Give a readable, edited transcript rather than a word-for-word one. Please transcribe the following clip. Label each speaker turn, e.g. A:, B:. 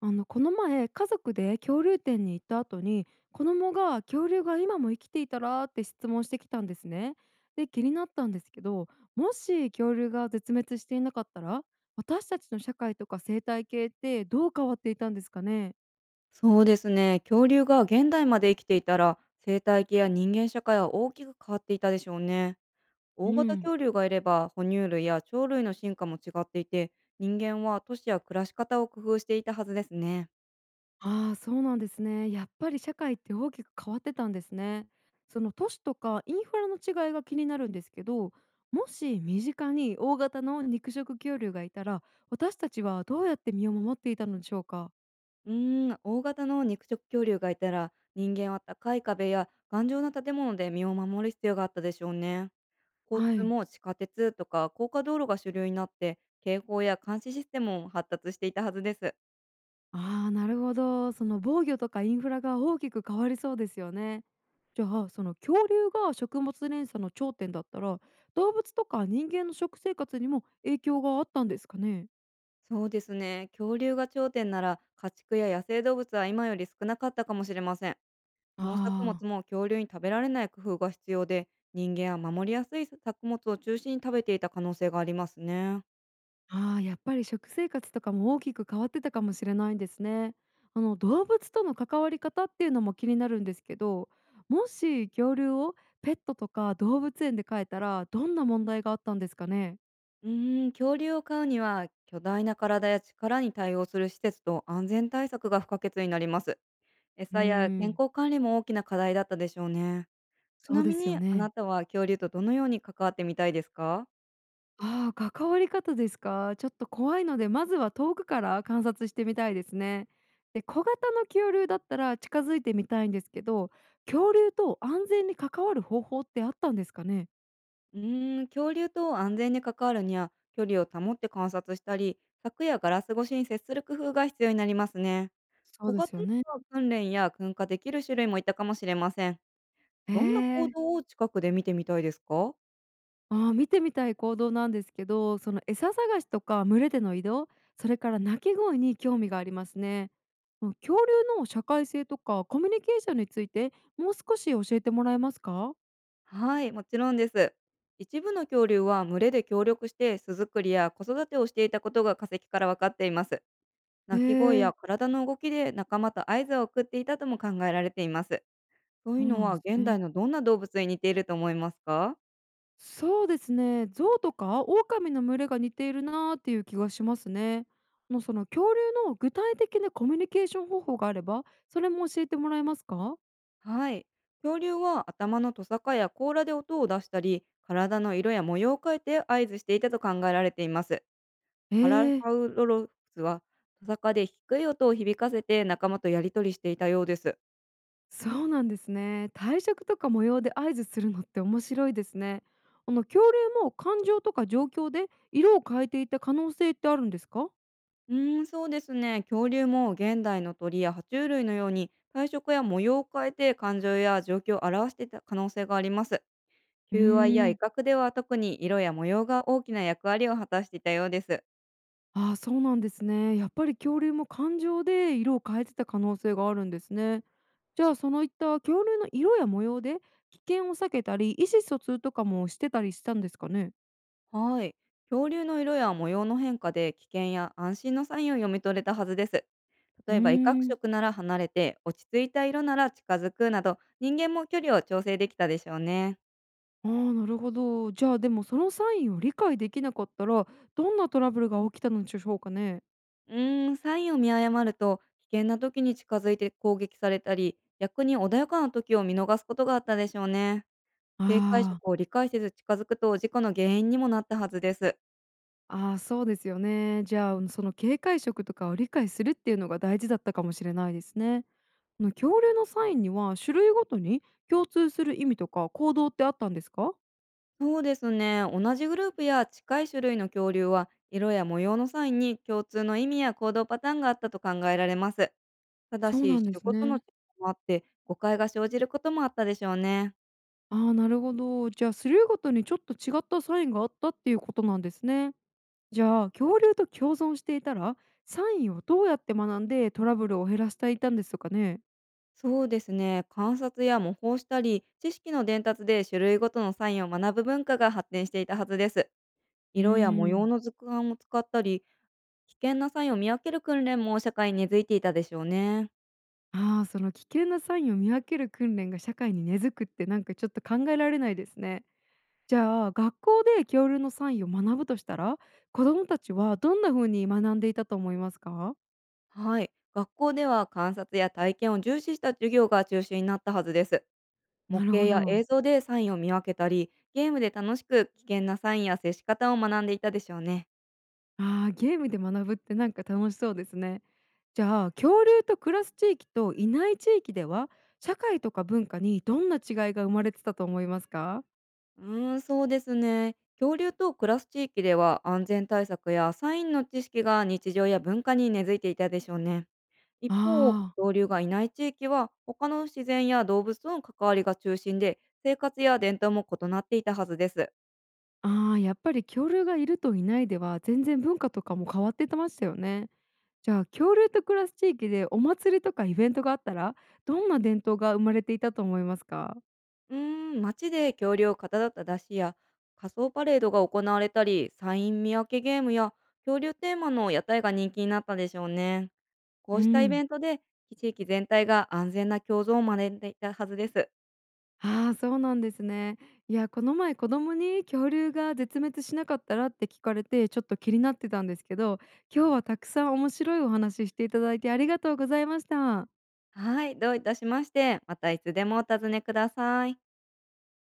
A: この前家族で恐竜展に行った後に子供が恐竜が今も生きていたらって質問してきたんですね。で気になったんですけど、もし恐竜が絶滅していなかったら私たちの社会とか生態系ってどう変わっていたんですかね。
B: そうですね。恐竜が現代まで生きていたら、生態系や人間社会は大きく変わっていたでしょうね。
A: う
B: 大型
A: ん。
B: 恐竜がいれば、哺乳類や鳥類の進化も違っていて、人間は都市や暮らし方を工夫していたはずですね。
A: ああ、そうなんですね。やっぱり社会って大きく変わってたんですね。その都市とかインフラの違いが気になるんですけど、もし身近に大型の肉食恐竜がいたら、私たちはどうやって身を守っていたのでしょうか。
B: うーん、大型の肉食恐竜がいたら、人間は高い壁や頑丈な建物で身を守る必要があったでしょうね。交
A: は
B: 通
A: い。
B: も地下鉄とか高架道路が主流になって、警報や監視システムも発達していたはずです。
A: ああ、なるほど。その防御とかインフラが大きく変わりそうですよね。じゃあ、その恐竜が食物連鎖の頂点だったら、動物とか人間の食生活にも影響があったんですかね。
B: そうですね。恐竜が頂点なら、家畜や野生動物は今より少なかったかもしれません。
A: あ
B: 農作物
A: あ。
B: も恐竜に食べられない工夫が必要で、人間は守りやすい作物を中心に食べていた可能性がありますね。
A: ああ、やっぱり食生活とかも大きく変わってたかもしれないですね。動物との関わり方っていうのも気になるんですけど、もし恐竜をペットとか動物園で飼えたらどんな問題があったんですかね。
B: うーん、恐竜を飼うには、巨大な体や力に対応する施設と安全対策が不可欠になります。
A: うー
B: 餌や健
A: ん、
B: 康管理も大きな課題だったでしょうね。ち
A: そう
B: な
A: で
B: み
A: すよ
B: に、あな
A: ね。
B: たは恐竜とどのように関わってみたいですか？
A: ああ、関わり方ですか。ちょっと怖いので、まずは遠くから観察してみたいですね。で、小型の恐竜だったら近づいてみたいんですけど、恐竜と安全に関わる方法ってあったんですかね。
B: うーん、恐竜と安全に関わるには、距離を保って観察したり、柵やガラス越しに接する工夫が必要になりますね。
A: そう
B: 小
A: で
B: 型
A: すよね。
B: の訓練や噴火できる種類もいたかもしれません。
A: え
B: どんな行
A: え。
B: 動を近くで見てみたいですか？
A: あー、見てみたい行動なんですけど、その餌探しとか群れでの移動、それから鳴き声に興味がありますね。もう恐竜の社会性とかコミュニケーションについてもう少し教えてもらえますか？
B: はい、もちろんです。一部の恐竜は群れで協力して巣作りや子育てをしていたことが化石から分かっています。
A: え
B: 鳴き声
A: え、
B: や体の動きで仲間と合図を送っていたとも考えられています。そう
A: そ
B: いう
A: う
B: の
A: なんで
B: は
A: す
B: 現
A: ね。
B: 代のどんな動物に似ていると思いますか？
A: そうですね。象とか狼の群れが似ているなーっていう気がしますね。もうその恐竜の具体的なコミュニケーション方法があれば、それも教えてもらえますか？
B: はい。恐竜は頭のトサカや甲羅で音を出したり、体の色や模様を変えて合図していたと考えられています。パラ
A: ええ。
B: サウロフスはトサカで低い音を響かせて仲間とやり取りしていたようです。
A: そうなんですね。体色とか模様で合図するのって面白いですね。恐竜も感情とか状況で色を変えていた可能性ってあるんですか？
B: うーん、そうですね。恐竜も現代の鳥や爬虫類のように体色や模様を変えて感情や状況を表していた可能性があります。
A: うー
B: 求愛や威
A: ん。
B: 嚇では特に色や模様が大きな役割を果たしていたようです。
A: ああ、そうなんですね。やっぱり恐竜も感情で色を変えてた可能性があるんですね。じゃあ、そのいった恐竜の色や模様で危険を避けたり意思疎通とかもしてたりしたんですかね。
B: はい。恐竜の色や模様の変化で危険や安心のサインを読み取れたはずです。
A: う
B: 例
A: ー
B: えば威嚇
A: ん。
B: 色なら離れて、落ち着いた色なら近づくなど、人間も距離を調整できたでしょうね。
A: ああ、なるほど。じゃあでも、そのサインを理解できなかったらどんなトラブルが起きたのでしょうかね。
B: うーん、サインを見誤ると、危険な時に近づいて攻撃されたり、逆に穏やかな時を見逃すことがあったでしょうね。
A: あ
B: 警戒
A: あ、
B: 色を理解せず近づくと事故の原因にもなったはずです。
A: あーそうですよね。じゃあ、その警戒色とかを理解するっていうのが大事だったかもしれないですね。その恐竜のサインには種類ごとに共通する意味とか行動ってあったんですか？
B: そうですね。同じグループや近い種類の恐竜は、色や模様のサインに共通の意味や行動パターンがあったと考えられます。ただ
A: そうな
B: し、
A: んで
B: 種
A: す
B: ごとの違
A: ね。
B: いもあって、誤解が生じることもあったでしょうね。
A: ああ、なるほど。じゃあ、種類ごとにちょっと違ったサインがあったっていうことなんですね。じゃあ、恐竜と共存していたら、サインをどうやって学んでトラブルを減らしていたんですかね。
B: そうですね。観察や模倣したり、知識の伝達で種類ごとのサインを学ぶ文化が発展していたはずです。
A: う
B: 色や模
A: ー
B: 様
A: ん。
B: の図鑑を使ったり、危険なサインを見分ける訓練も社会に根付いていたでしょうね。
A: ああ、その危険なサインを見分ける訓練が社会に根付くってなんかちょっと考えられないですね。じゃあ、学校で恐竜のサインを学ぶとしたら子どもたちはどんな風に学んでいたと思いますか？
B: はい。学校では観察や体験を重視した授業が中心になったはずです。模
A: なる
B: 型
A: ほ
B: や
A: ど。
B: 映像でサインを見分けたり、ゲームで楽しく危険なサインや接し方を学んでいたでしょうね。
A: ああ、ゲームで学ぶってなんか楽しそうですね。じゃあ、恐竜と暮らす地域といない地域では社会とか文化にどんな違いが生まれてたと思いますか？
B: うーん、そうですね。恐竜と暮らす地域では安全対策やサインの知識が日常や文化に根付いていたでしょうね。一
A: あ
B: 方、
A: ー、
B: 恐竜がいない地域は他の自然や動物との関わりが中心で、生活や伝統も異なっていたはずです。
A: あーやっぱり恐竜がいるといないでは全然文化とかも変わってましたよね。じゃあ、恐竜と暮らす地域でお祭りとかイベントがあったら、どんな伝統が生まれていたと思いますか？
B: うーん、街で恐竜をかたどった出汁や仮装パレードが行われたり、サイン見分けゲームや恐竜テーマの屋台が人気になったでしょうね。こ
A: う
B: うしたイベ
A: ん。
B: ントで、地域全体が安全な共存を招いていたはずです。
A: ああ、そうなんですね。いや、この前子供に恐竜が絶滅しなかったらって聞かれて、ちょっと気になってたんですけど、今日はたくさん面白いお話ししていただいてありがとうございました。
B: はい、どういたしまして、またいつでもお尋ねください。